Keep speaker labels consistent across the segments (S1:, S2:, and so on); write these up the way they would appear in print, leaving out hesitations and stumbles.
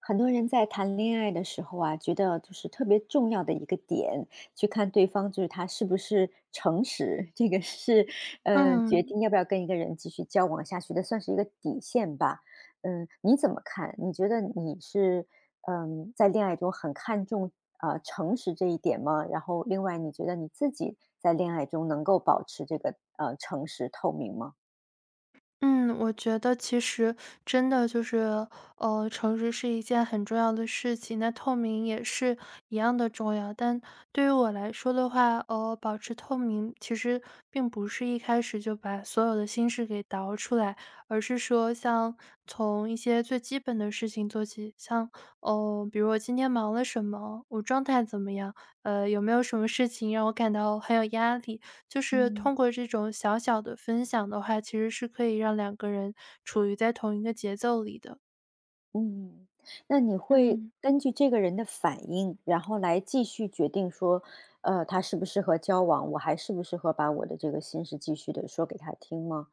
S1: 很多人在谈恋爱的时候啊，觉得就是特别重要的一个点，去看对方就是他是不是诚实，这个是，决
S2: 嗯
S1: 定要不要跟一个人继续交往下去的，算是一个底线吧。你怎么看？你觉得你是，在恋爱中很看重啊诚实这一点吗？然后另外，你觉得你自己在恋爱中能够保持这个诚实透明吗？
S2: 嗯，我觉得其实真的就是，诚实是一件很重要的事情，那透明也是一样的重要。但对于我来说的话，保持透明其实并不是一开始就把所有的心事给倒出来，而是说像从一些最基本的事情做起，像比如我今天忙了什么，我状态怎么样，有没有什么事情让我感到很有压力。就是
S1: 嗯。
S2: 通过这种小小的分享的话，其实是可以让两个人处于在同一个节奏里的。
S1: 嗯，那你会
S2: 嗯
S1: 根据这个人的反应，然后来继续决定说，他适不适合交往，我还适不适合把我的这个心事继续的说给他听吗？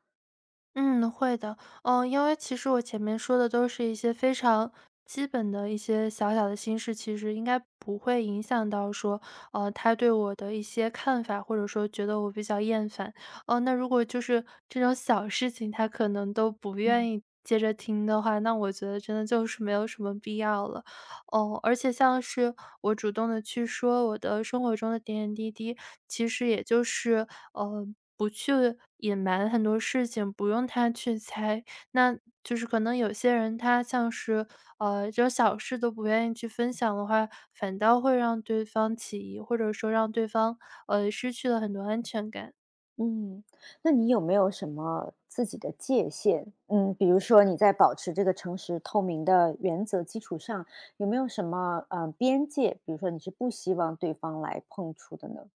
S2: 嗯，会的。嗯，因为其实我前面说的都是一些非常基本的一些小小的心事，其实应该不会影响到说，他对我的一些看法，或者说觉得我比较厌烦。哦，那如果就是这种小事情，他可能都不愿
S1: 嗯
S2: 意接着听的话，那我觉得真的就是没有什么必要了。哦，而且像是我主动的去说我的生活中的点点滴滴，其实也就是，呃，不去隐瞒很多事情，不用他去猜。那就是可能有些人他像是，这种小事都不愿意去分享的话，反倒会让对方起疑，或者说让对方，失去了很多安全感。
S1: 嗯，那你有没有什么自己的界限？嗯，比如说你在保持这个诚实透明的原则基础上，有没有什么边界？比如说你是不希望对方来碰触的呢？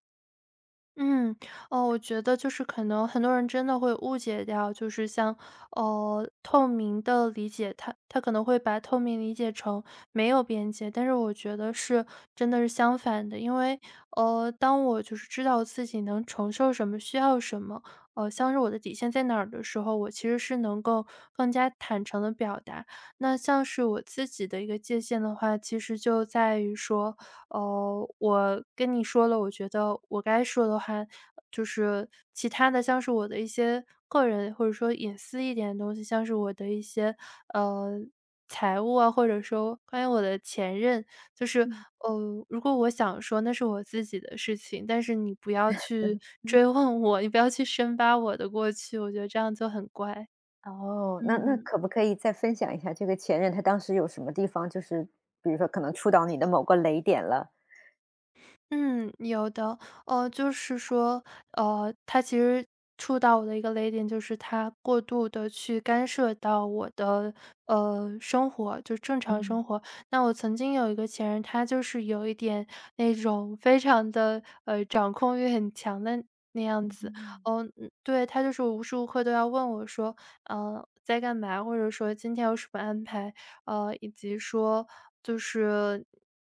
S2: 嗯，哦，我觉得就是可能很多人真的会误解掉，就是像透明的理解，他可能会把透明理解成没有边界，但是我觉得是真的是相反的，因为当我就是知道自己能承受什么，需要什么，像是我的底线在哪儿的时候，我其实是能够更加坦诚的表达。那像是我自己的一个界限的话，其实就在于说。哦，我跟你说了，我觉得我该说的话，就是其他的像是我的一些个人或者说隐私一点的东西，像是我的一些，呃，财务啊，或者说关于我的前任，就是，
S1: 嗯。
S2: 如果我想说那是我自己的事情，但是你不要去追问我，你不要去深扒我的过去，我觉得这样就很乖，
S1: 哦，那
S2: 嗯。
S1: 可不可以再分享一下这个前任，他当时有什么地方，就是比如说可能触到你的某个雷点了？
S2: 嗯，有的，就是说，他其实触到我的一个雷点，就是他过度的去干涉到我的，生活，就是正常
S1: 嗯，
S2: 生活。那我曾经有一个前任，他就是有一点那种非常的，掌控欲很强的那样子。
S1: 嗯，
S2: 哦嗯，对，他就是无时无刻都要问我说，在干嘛，或者说今天有什么安排。以及说就是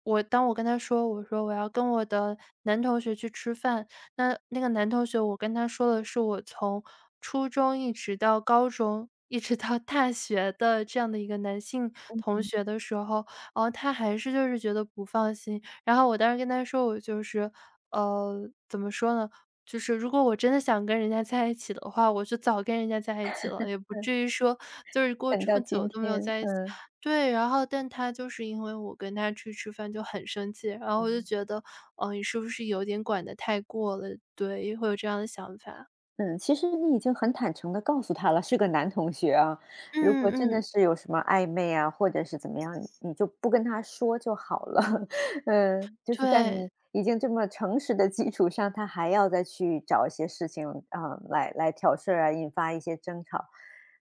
S2: 我当我跟他说，我说我要跟我的男同学去吃饭，那那个男同学我跟他说的是我从初中一直到高中，一直到大学的这样的一个男性同学的时候，然后他还是就是觉得不放心。然后我当时跟他说，我就是怎么说呢？就是如果我真的想跟人家在一起的话，我就早跟人家在一起了，也不至于说就是过
S1: 等
S2: 这
S1: 到
S2: 么久
S1: 今
S2: 都没有
S1: 天，
S2: 在一起。
S1: 嗯
S2: 对，然后但他就是因为我跟他去吃饭就很生气，然后我就
S1: 嗯。
S2: 觉得，哦，你是不是有点管的太过了？对，会有这样的想法。
S1: 嗯，其实你已经很坦诚的告诉他了，是个男同学啊。如
S2: 嗯
S1: 果真的
S2: 嗯，
S1: 是有什么暧昧啊，或者是怎么样，你就不跟他说就好了。就是在
S2: 对。
S1: 你已经这么诚实的基础上，他还要再去找一些事情啊，来挑事儿啊，引发一些争吵。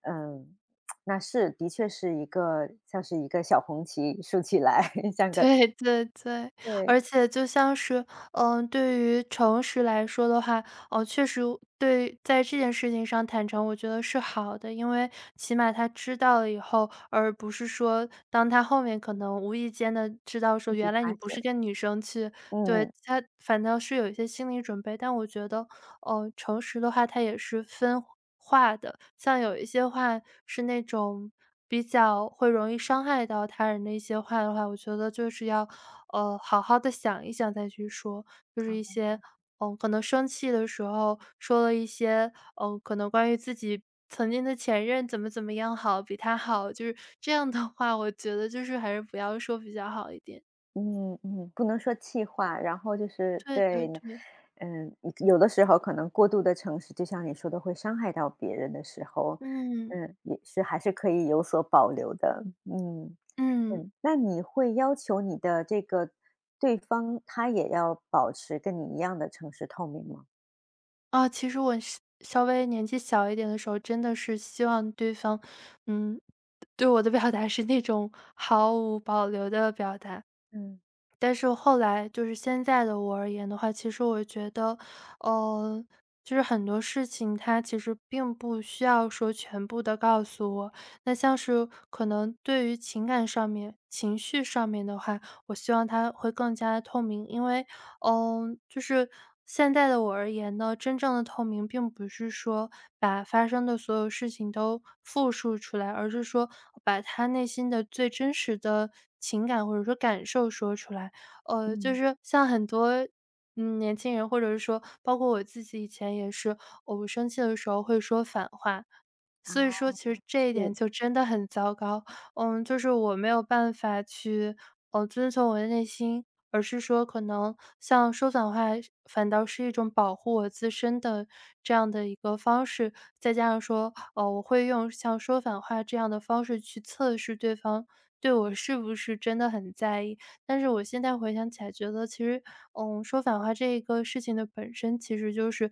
S1: 嗯，那是的确是一个像是一个小红旗竖起来，像个
S2: 对对对，
S1: 对，
S2: 而且就像是，对于诚实来说的话，哦，确实对在这件事情上坦诚，我觉得是好的。因为起码他知道了以后，而不是说当他后面可能无意间的知道说
S1: 自己
S2: 原来你
S1: 发
S2: 不是
S1: 现。
S2: 跟女生去对，
S1: 嗯嗯。
S2: 他反倒是有一些心理准备。但我觉得诚实的话它也是分话的，像有一些话是那种比较会容易伤害到他人的一些话的话，我觉得就是要，好好的想一想再去说。就是一些，可能生气的时候说了一些，可能关于自己曾经的前任怎么怎么样好，比他好，就是这样的话，我觉得就是还是不要说比较好一点。
S1: 嗯，不能说气话，然后就是
S2: 对对
S1: 对，
S2: 对，
S1: 嗯，有的时候可能过度的诚实，就像你说的，会伤害到别人的时候，
S2: 嗯，
S1: 也是还是可以有所保留的，嗯
S2: 嗯。
S1: 嗯。那你会要求你的这个对方，他也要保持跟你一样的诚实透明吗？
S2: 啊，其实我是稍微年纪小一点的时候，真的是希望对方，嗯，对我的表达是那种毫无保留的表达。
S1: 嗯
S2: 但是后来，就是现在的我而言的话，其实我觉得，呃，就是很多事情它其实并不需要说全部的告诉我。那像是可能对于情感上面、情绪上面的话，我希望他会更加的透明，因为就是现在的我而言呢，真正的透明并不是说把发生的所有事情都复述出来，而是说把他内心的最真实的情感或者说感受说出来。就
S1: 嗯，嗯，
S2: 是像很多年轻人，或者是说包括我自己以前也是，我不生气的时候会说反话。所以
S1: 啊，
S2: 说，其实这一点
S1: 是。
S2: 就真的很糟糕。就是我没有办法去，遵从我的内心，而是说可能像说反话反倒是一种保护我自身的这样的一个方式。再加上说，我会用像说反话这样的方式去测试对方对我是不是真的很在意。但是我现在回想起来觉得其实，说反话这一个事情的本身其实就是，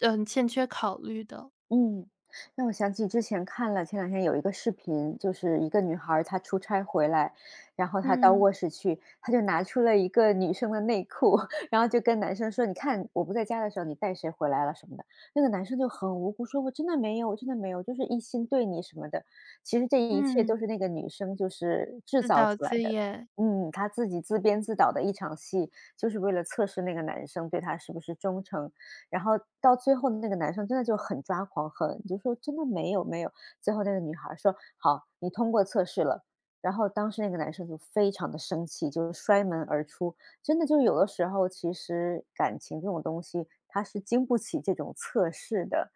S2: 欠缺考虑的。
S1: 嗯，让我想起之前看了前两天有一个视频，就是一个女孩儿她出差回来，然后她到
S2: 嗯，
S1: 卧室去，她就拿出了一个女生的内裤，然后就跟男生说："你看我不在家的时候，你带谁回来了什么的。"那个男生就很无辜说："我真的没有，我真的没有，就是一心对你什么的。"其实这一切
S2: 嗯，
S1: 都是那个女生就是制
S2: 自
S1: 造
S2: 导
S1: 出来
S2: 自
S1: 的。
S2: 演，
S1: 她自己自编自导的一场戏，就是为了测试那个男生对她是不是忠诚。然后到最后的那个男生真的就很抓狂，很就说真的没有没有。最后那个女孩儿说："好，你通过测试了。"然后当时那个男生就非常的生气，就是摔门而出。真的就有的时候，其实感情这种东西，它是经不起这种测试的。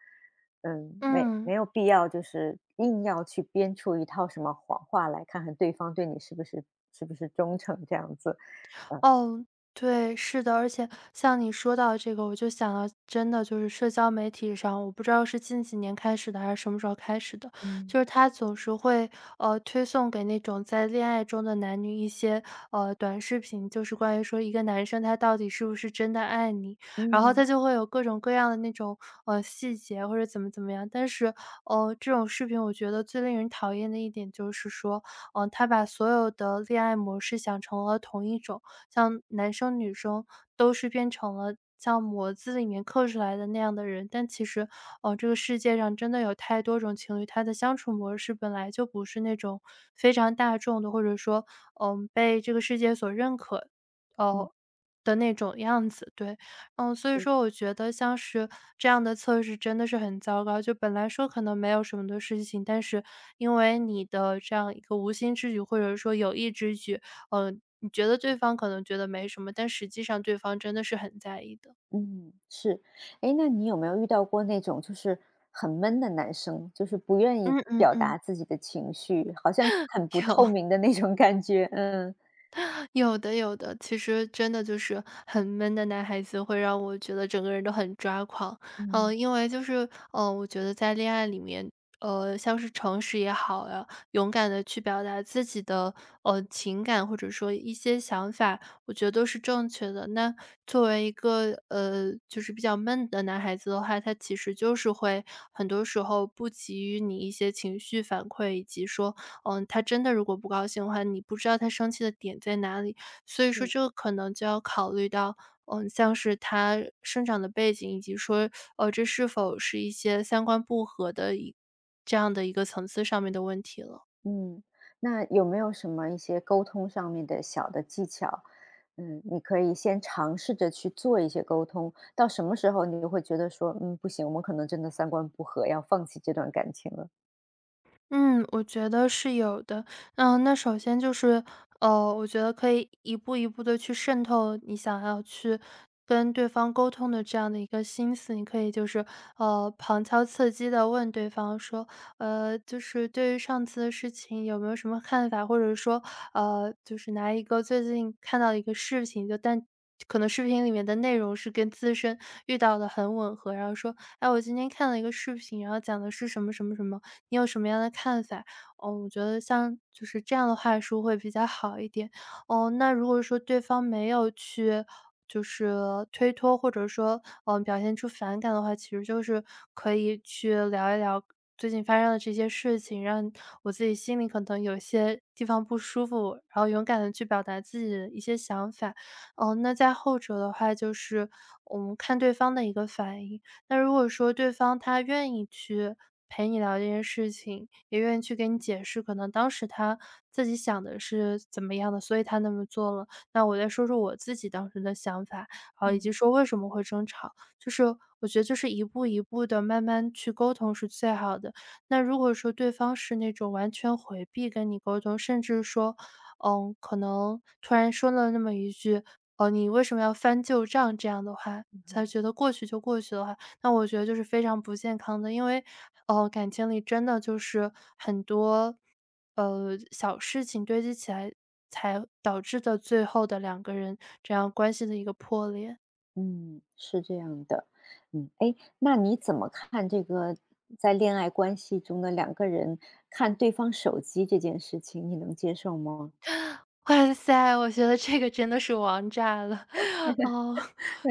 S1: 没
S2: 嗯。
S1: 没有必要就是硬要去编出一套什么谎话来看看对方对你是不是忠诚这样子，嗯。
S2: 哦，对，是的，而且像你说到这个，我就想到真的就是社交媒体上，我不知道是近几年开始的，还是什么时候开始的，就
S1: 嗯，
S2: 是他总是会，推送给那种在恋爱中的男女一些，短视频，就是关于说一个男生他到底是不是真的爱你，然后
S1: 嗯，
S2: 他就会有各种各样的那种，细节或者怎么怎么样。但是，这种视频我觉得最令人讨厌的一点就是说，他把所有的恋爱模式想成了同一种。像男生女生都是变成了像模子里面刻出来的那样的人。但其实，哦，这个世界上真的有太多种情侣，他的相处模式本来就不是那种非常大众的，或者说，被这个世界所认可，
S1: 嗯，
S2: 哦的那种样子，对。嗯，所以
S1: 是。
S2: 说我觉得像是这样的测试真的是很糟糕，就本来说可能没有什么的事情，但是因为你的这样一个无心之举，或者说有意之举，呃，你觉得对方可能觉得没什么，但实际上对方真的是很在意的。
S1: 嗯，是。哎，那你有没有遇到过那种就是很闷的男生，就是不愿意
S2: 嗯嗯
S1: 表
S2: 嗯，
S1: 达自己的情绪，好像很不 透
S2: 有。
S1: 明的那种感觉？嗯。
S2: 有的有的，其实真的就是很闷的男孩子，会让我觉得整个人都很抓狂。
S1: 嗯，
S2: 嗯，因为就是，我觉得在恋爱里面，像是诚实也好呀，勇敢的去表达自己的情感或者说一些想法，我觉得都是正确的。那作为一个就是比较闷的男孩子的话，他其实就是会很多时候不给予你一些情绪反馈，以及说他真的如果不高兴的话，你不知道他生气的点在哪里。所以说
S1: 是。
S2: 这个可能就要考虑到，像是他生长的背景，以及说，这是否是一些三观不合这样的一个层次上面的问题了。
S1: 嗯，那有没有什么一些沟通上面的小的技巧？你可以先尝试着去做一些沟通，到什么时候你就会觉得说，不行，我们可能真的三观不合，要放弃这段感情了。
S2: 嗯，我觉得是有的。嗯，那首先就是，我觉得可以一步一步的去渗透你想要去跟对方沟通的这样的一个心思。你可以就是，旁敲侧击的问对方说，就是对于上次的事情有没有什么看法？或者说，就是拿一个最近看到一个视频，但可能视频里面的内容是跟自身遇到的很吻合，然后说：“哎，我今天看了一个视频，然后讲的是什么什么什么。”你有什么样的看法？哦，我觉得像就是这样的话术会比较好一点。哦，那如果说对方没有去就是推脱，或者说，表现出反感的话，其实就是可以去聊一聊最近发生的这些事情，让我自己心里可能有些地方不舒服，然后勇敢的去表达自己的一些想法。哦，那在后者的话就是，我们看对方的一个反应。那如果说对方他愿意去陪你聊这件事情，也愿意去给你解释，可能当时他自己想的是怎么样的，所以他那么做了。那我再说说我自己当时的想法，啊，以
S1: 嗯。
S2: 及说为什么会争吵。就是我觉得就是一步一步的慢慢去沟通是最好的。那如果说对方是那种完全回避跟你沟通，甚至说，可能突然说了那么一句，哦，你为什么要翻旧账这样的话，才觉得过去就过去的话，那我觉得就是非常不健康的。因为，感情里真的就是很多，小事情堆积起来，才导致的最后的两个人这样关系的一个破裂。
S1: 嗯，是这样的，哎，那你怎么看这个在恋爱关系中的两个人看对方手机这件事情，你能接受吗？
S2: 哇塞，我觉得这个真的是王炸了。哦，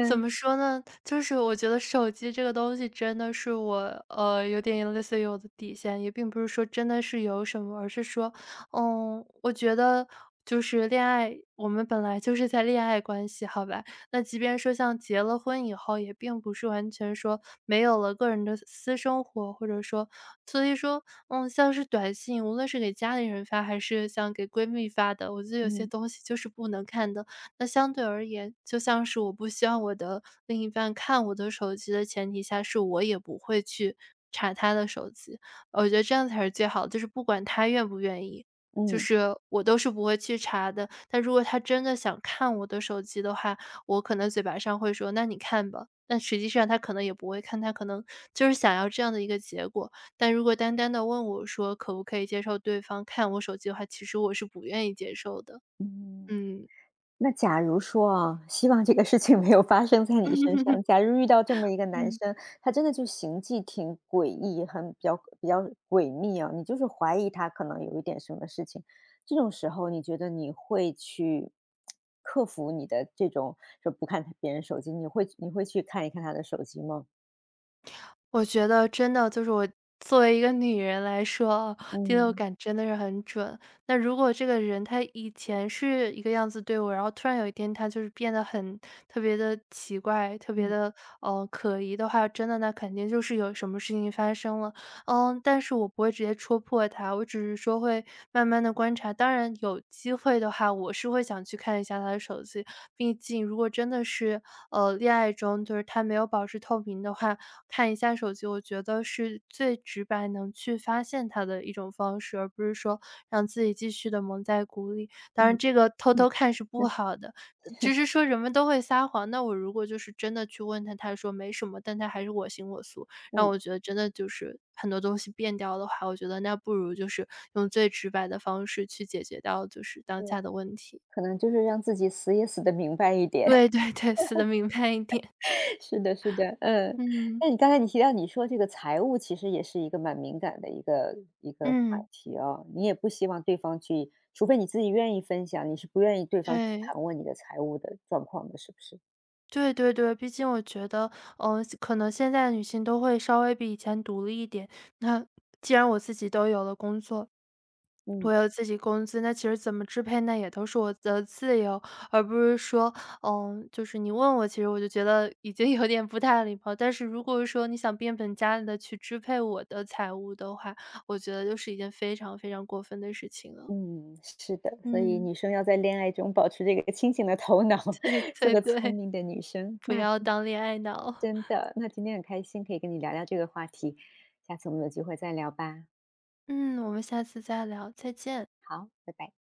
S2: 怎么说呢？就是我觉得手机这个东西真的是我，有点类似于我的底线，也并不是说真的是有什么，而是说，嗯，我觉得就是恋爱，我们本来就是在恋爱关系，好吧？那即便说像结了婚以后，也并不是完全说没有了个人的私生活，或者说所以说，像是短信，无论是给家里人发，还是像给闺蜜发的，我觉得有些
S1: 嗯
S2: 东西就是不能看的。那相对而言，就像是我不希望我的另一半看我的手机的前提下，是我也不会去查他的手机。我觉得这样才是最好的，就是不管他愿不愿意，就
S1: 嗯
S2: 是我都是不会去查的。但如果他真的想看我的手机的话，我可能嘴巴上会说：“那你看吧。”但实际上他可能也不会看，他可能就是想要这样的一个结果。但如果单单的问我说可不可以接受对方看我手机的话，其实我是不愿意接受的。
S1: 嗯。
S2: 嗯
S1: 那假如说啊，希望这个事情没有发生在 你身上。
S2: 嗯。
S1: 假如遇到这么一个男
S2: 嗯。
S1: 生，他真的就行迹挺诡异，很比较诡秘啊，你就是怀疑他可能有一点什么事情，这种时候你觉得你会去克服你的这种就不看别人手机，你会去看一看他的手机吗？
S2: 我觉得真的就是我作为一个女人来说啊第六
S1: 嗯
S2: 感真的是很准。那如果这个人他以前是一个样子对我，然后突然有一天他就是变得很特别的奇怪，特别
S1: 嗯
S2: 的可疑的话，真的那肯定就是有什么事情发生了。嗯，但是我不会直接戳破他，我只是说会慢慢的观察。当然有机会的话，我是会想去看一下他的手机，毕竟如果真的是恋爱中就是他没有保持透明的话，看一下手机，我觉得是最直白能去发现他的一种方式，而不是说让自己继续的蒙在鼓里。当然
S1: 嗯
S2: 这个偷偷看是不好的，只是说人们都会撒谎，那我如果就是真的去问他，他说没什么，但他还是我行我素，让
S1: 嗯，
S2: 我觉得真的就是很多东西变掉的话，我觉得那不如就是用最直白的方式去解决掉就是当
S1: 对。
S2: 下的问题。
S1: 可能就是让自己死也死得明白一点。
S2: 对对对，死的明白一点，
S1: 是的，是的，嗯。
S2: 嗯，
S1: 那你刚才你提到你说这个财务其实也是一个蛮敏感的一个话
S2: 嗯。
S1: 题哦，你也不希望对方去除非你自己愿意分享，你是不愿意对方去
S2: 对，
S1: 盘问你的财务的状况的，是不是？
S2: 对对对，毕竟我觉得，可能现在的女性都会稍微比以前独立一点。那既然我自己都有了工作，
S1: 嗯，
S2: 我有自己工资，那其实怎么支配，那也都是我的自由，而不是说，就是你问我，其实我就觉得已经有点不太礼貌。但是如果说你想变本加厉的去支配我的财务的话，我觉得就是一件非常非常过分的事情了。
S1: 嗯，是的，所以
S2: 嗯，
S1: 女生要在恋爱中保持这个清醒的头脑，
S2: 对
S1: 做
S2: 对
S1: 个聪
S2: 对，
S1: 明的女生。
S2: 不
S1: 那
S2: 要
S1: 真
S2: 当恋爱脑。
S1: 那今天很开心可以跟你聊聊这个话题，下次我们有机会再聊吧。
S2: 嗯，我们下次再聊，再见。
S1: 好，拜拜。